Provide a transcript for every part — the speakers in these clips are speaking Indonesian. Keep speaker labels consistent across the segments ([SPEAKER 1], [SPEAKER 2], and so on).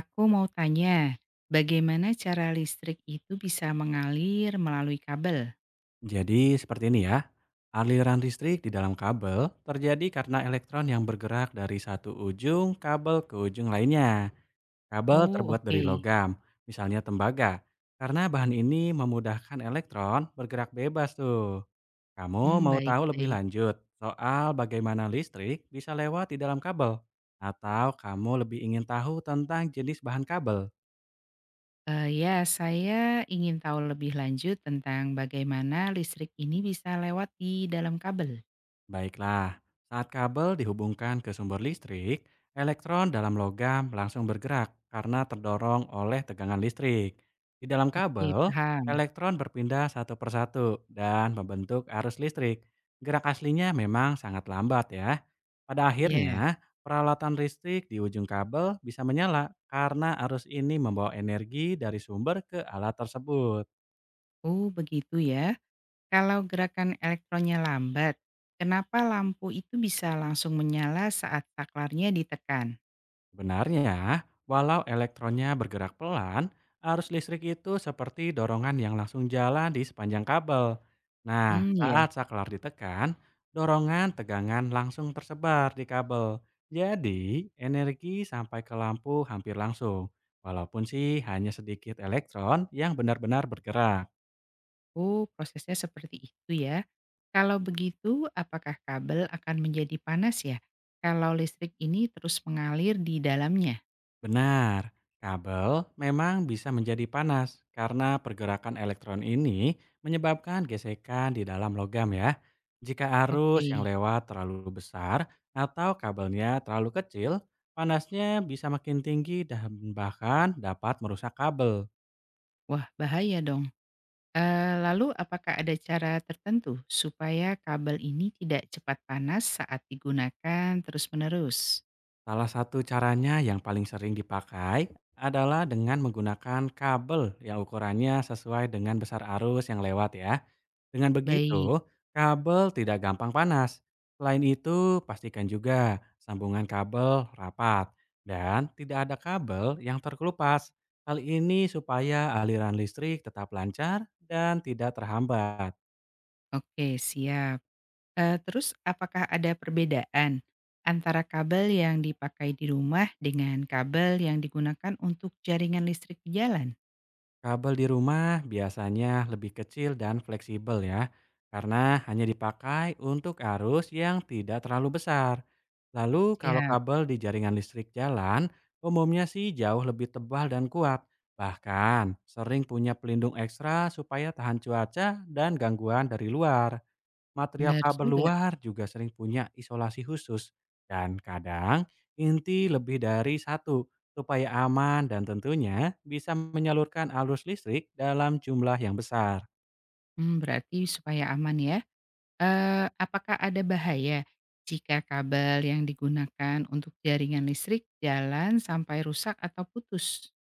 [SPEAKER 1] Aku mau tanya, bagaimana cara listrik itu bisa mengalir melalui kabel?
[SPEAKER 2] Jadi seperti ini ya, aliran listrik di dalam kabel terjadi karena elektron yang bergerak dari satu ujung kabel ke ujung lainnya. Kabel
[SPEAKER 1] Oh,
[SPEAKER 2] terbuat dari
[SPEAKER 1] oke.
[SPEAKER 2] logam, misalnya tembaga. Karena bahan ini memudahkan elektron bergerak bebas tuh. Kamu
[SPEAKER 1] Hmm,
[SPEAKER 2] mau
[SPEAKER 1] baik,
[SPEAKER 2] tahu lebih
[SPEAKER 1] baik.
[SPEAKER 2] lanjut soal bagaimana listrik bisa lewat di dalam kabel? Atau kamu lebih ingin tahu tentang jenis bahan kabel?
[SPEAKER 1] Ya, saya ingin tahu lebih lanjut tentang bagaimana listrik ini bisa lewat di dalam kabel.
[SPEAKER 2] Baiklah, saat kabel dihubungkan ke sumber listrik, elektron dalam logam langsung bergerak karena terdorong oleh tegangan listrik. Di dalam
[SPEAKER 1] Oke,
[SPEAKER 2] kabel,
[SPEAKER 1] paham.
[SPEAKER 2] elektron berpindah satu persatu dan membentuk arus listrik. Gerak aslinya memang sangat lambat ya. Pada
[SPEAKER 1] Ya.
[SPEAKER 2] akhirnya, peralatan listrik di ujung kabel bisa menyala karena arus ini membawa energi dari sumber ke alat tersebut.
[SPEAKER 1] Oh, begitu ya. Kalau gerakan elektronnya lambat, kenapa lampu itu bisa langsung menyala saat saklarnya ditekan?
[SPEAKER 2] Benarnya, walau elektronnya bergerak pelan, arus listrik itu seperti dorongan yang langsung jalan di sepanjang kabel. Nah,
[SPEAKER 1] Hmm, ya.
[SPEAKER 2] saat saklar ditekan, dorongan tegangan langsung tersebar di kabel. Jadi, energi sampai ke lampu hampir langsung. Walaupun sih hanya sedikit elektron yang benar-benar bergerak.
[SPEAKER 1] Oh, prosesnya seperti itu ya. Kalau begitu, apakah kabel akan menjadi panas ya? Kalau listrik ini terus mengalir di dalamnya?
[SPEAKER 2] Benar, kabel memang bisa menjadi panas karena pergerakan elektron ini menyebabkan gesekan di dalam logam ya. Jika
[SPEAKER 1] Oke,
[SPEAKER 2] arus yang lewat terlalu besar atau kabelnya terlalu kecil, panasnya bisa makin tinggi dan bahkan dapat merusak kabel.
[SPEAKER 1] wah bahaya dong. Lalu apakah ada cara tertentu supaya kabel ini tidak cepat panas saat digunakan terus-menerus?
[SPEAKER 2] Salah satu caranya yang paling sering dipakai adalah dengan menggunakan kabel yang ukurannya sesuai dengan besar arus yang lewat ya. Dengan
[SPEAKER 1] Baik,
[SPEAKER 2] begitu, kabel tidak gampang panas. Selain itu, pastikan juga sambungan kabel rapat dan tidak ada kabel yang terkelupas. Hal ini supaya aliran listrik tetap lancar dan tidak terhambat.
[SPEAKER 1] oke siap. Terus apakah ada perbedaan antara kabel yang dipakai di rumah dengan kabel yang digunakan untuk jaringan listrik di jalan?
[SPEAKER 2] Kabel di rumah biasanya lebih kecil dan fleksibel ya, karena hanya dipakai untuk arus yang tidak terlalu besar. Lalu kalau
[SPEAKER 1] Siap,
[SPEAKER 2] kabel di jaringan listrik jalan, umumnya sih jauh lebih tebal dan kuat. Bahkan sering punya pelindung ekstra supaya tahan cuaca dan gangguan dari luar. Material
[SPEAKER 1] benar
[SPEAKER 2] kabel
[SPEAKER 1] juga.
[SPEAKER 2] luar juga sering punya isolasi khusus dan kadang inti lebih dari satu supaya aman dan tentunya bisa menyalurkan arus listrik dalam jumlah yang besar.
[SPEAKER 1] Mmm, berarti supaya aman ya, apakah ada bahaya jika kabel yang digunakan untuk jaringan listrik jalan sampai rusak atau putus?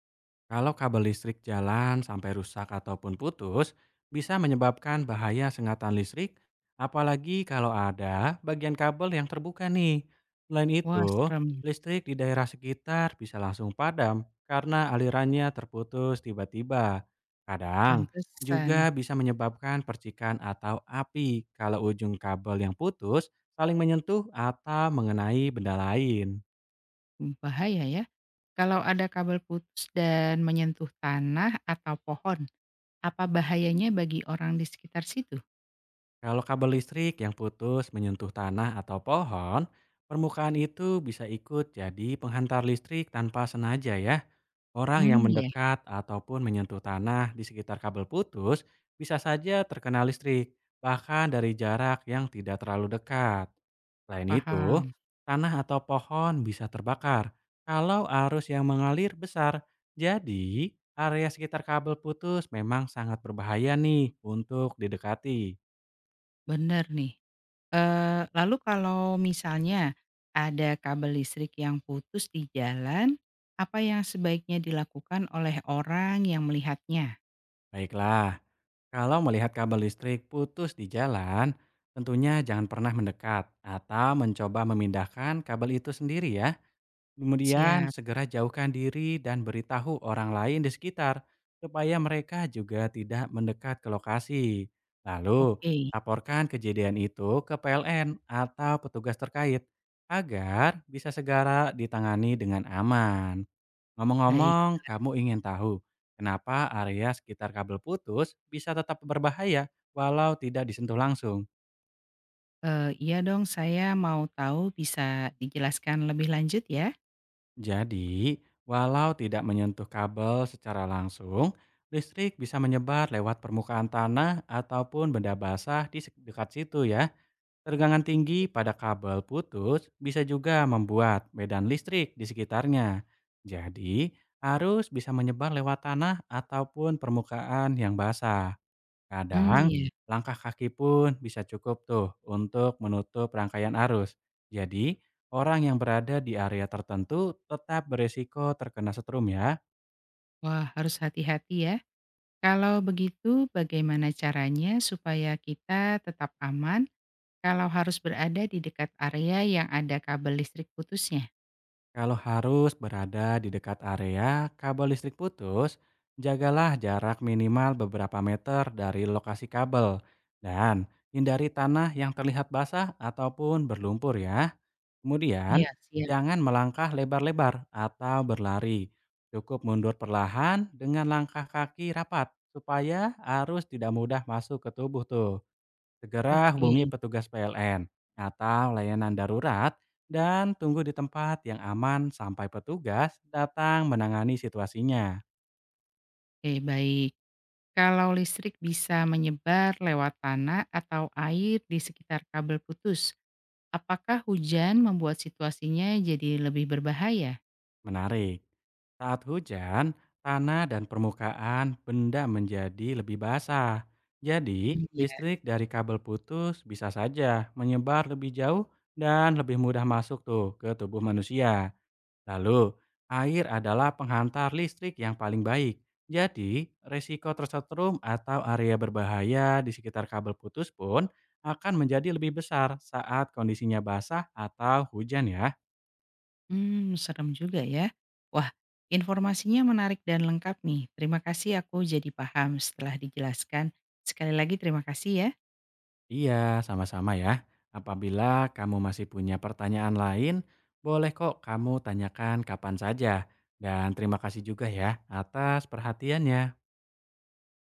[SPEAKER 2] Kalau kabel listrik jalan sampai rusak ataupun putus, bisa menyebabkan bahaya sengatan listrik, apalagi kalau ada bagian kabel yang terbuka nih. Selain
[SPEAKER 1] Wah,
[SPEAKER 2] itu,
[SPEAKER 1] serem,
[SPEAKER 2] listrik di daerah sekitar bisa langsung padam karena alirannya terputus tiba-tiba. Kadang
[SPEAKER 1] pantesan.
[SPEAKER 2] juga bisa menyebabkan percikan atau api kalau ujung kabel yang putus saling menyentuh atau mengenai benda lain.
[SPEAKER 1] Hmm, bahaya ya. Kalau ada kabel putus dan menyentuh tanah atau pohon, apa bahayanya bagi orang di sekitar situ?
[SPEAKER 2] Kalau kabel listrik yang putus menyentuh tanah atau pohon, permukaan itu bisa ikut jadi penghantar listrik tanpa sengaja ya. Orang yang
[SPEAKER 1] Hmm, ya,
[SPEAKER 2] mendekat ataupun menyentuh tanah di sekitar kabel putus bisa saja terkena listrik, bahkan dari jarak yang tidak terlalu dekat. Selain itu,
[SPEAKER 1] paham.
[SPEAKER 2] tanah atau pohon bisa terbakar kalau arus yang mengalir besar. Jadi, area sekitar kabel putus memang sangat berbahaya nih untuk didekati.
[SPEAKER 1] Benar nih. Lalu kalau misalnya ada kabel listrik yang putus di jalan, apa yang sebaiknya dilakukan oleh orang yang melihatnya?
[SPEAKER 2] Baiklah, kalau melihat kabel listrik putus di jalan, tentunya jangan pernah mendekat atau mencoba memindahkan kabel itu sendiri ya. Kemudian
[SPEAKER 1] Siap.
[SPEAKER 2] segera jauhkan diri dan beritahu orang lain di sekitar supaya mereka juga tidak mendekat ke lokasi. Lalu,
[SPEAKER 1] Oke,
[SPEAKER 2] laporkan kejadian itu ke PLN atau petugas terkait agar bisa segera ditangani dengan aman.
[SPEAKER 1] baik.
[SPEAKER 2] Ngomong-ngomong, kamu ingin tahu kenapa area sekitar kabel putus bisa tetap berbahaya walau tidak disentuh langsung.
[SPEAKER 1] Iya dong, saya mau tahu bisa dijelaskan lebih lanjut ya?
[SPEAKER 2] Jadi, walau tidak menyentuh kabel secara langsung, listrik bisa menyebar lewat permukaan tanah ataupun benda basah di dekat situ ya. Tegangan tinggi pada kabel putus bisa juga membuat medan listrik di sekitarnya. Jadi, arus bisa menyebar lewat tanah ataupun permukaan yang basah.
[SPEAKER 1] Mmm,
[SPEAKER 2] Kadang,
[SPEAKER 1] iya.
[SPEAKER 2] langkah kaki pun bisa cukup tuh untuk menutup rangkaian arus. Jadi, orang yang berada di area tertentu tetap beresiko terkena setrum ya.
[SPEAKER 1] Wah, harus hati-hati ya. Kalau begitu bagaimana caranya supaya kita tetap aman kalau harus berada di dekat area yang ada kabel listrik putusnya?
[SPEAKER 2] Kalau harus berada di dekat area kabel listrik putus, jagalah jarak minimal beberapa meter dari lokasi kabel. Dan hindari tanah yang terlihat basah ataupun berlumpur ya. Kemudian,
[SPEAKER 1] Iya, siap.
[SPEAKER 2] jangan melangkah lebar-lebar atau berlari. Cukup mundur perlahan dengan langkah kaki rapat supaya arus tidak mudah masuk ke tubuh tuh. Segera
[SPEAKER 1] Oke.
[SPEAKER 2] hubungi petugas PLN atau layanan darurat dan tunggu di tempat yang aman sampai petugas datang menangani situasinya.
[SPEAKER 1] Oke, baik. Kalau listrik bisa menyebar lewat tanah atau air di sekitar kabel putus, apakah hujan membuat situasinya jadi lebih berbahaya?
[SPEAKER 2] Menarik. Saat hujan, tanah dan permukaan benda menjadi lebih basah. Jadi,
[SPEAKER 1] Iya,
[SPEAKER 2] listrik dari kabel putus bisa saja menyebar lebih jauh dan lebih mudah masuk tuh ke tubuh manusia. Lalu, air adalah penghantar listrik yang paling baik. Jadi, resiko tersetrum atau area berbahaya di sekitar kabel putus pun akan menjadi lebih besar saat kondisinya basah atau hujan ya.
[SPEAKER 1] hmm, serem juga ya. Wah, informasinya menarik dan lengkap nih. Terima kasih, aku jadi paham setelah dijelaskan. Sekali lagi terima kasih ya.
[SPEAKER 2] Iya, sama-sama ya. Apabila kamu masih punya pertanyaan lain, boleh kok kamu tanyakan kapan saja. Dan terima kasih juga ya atas perhatiannya.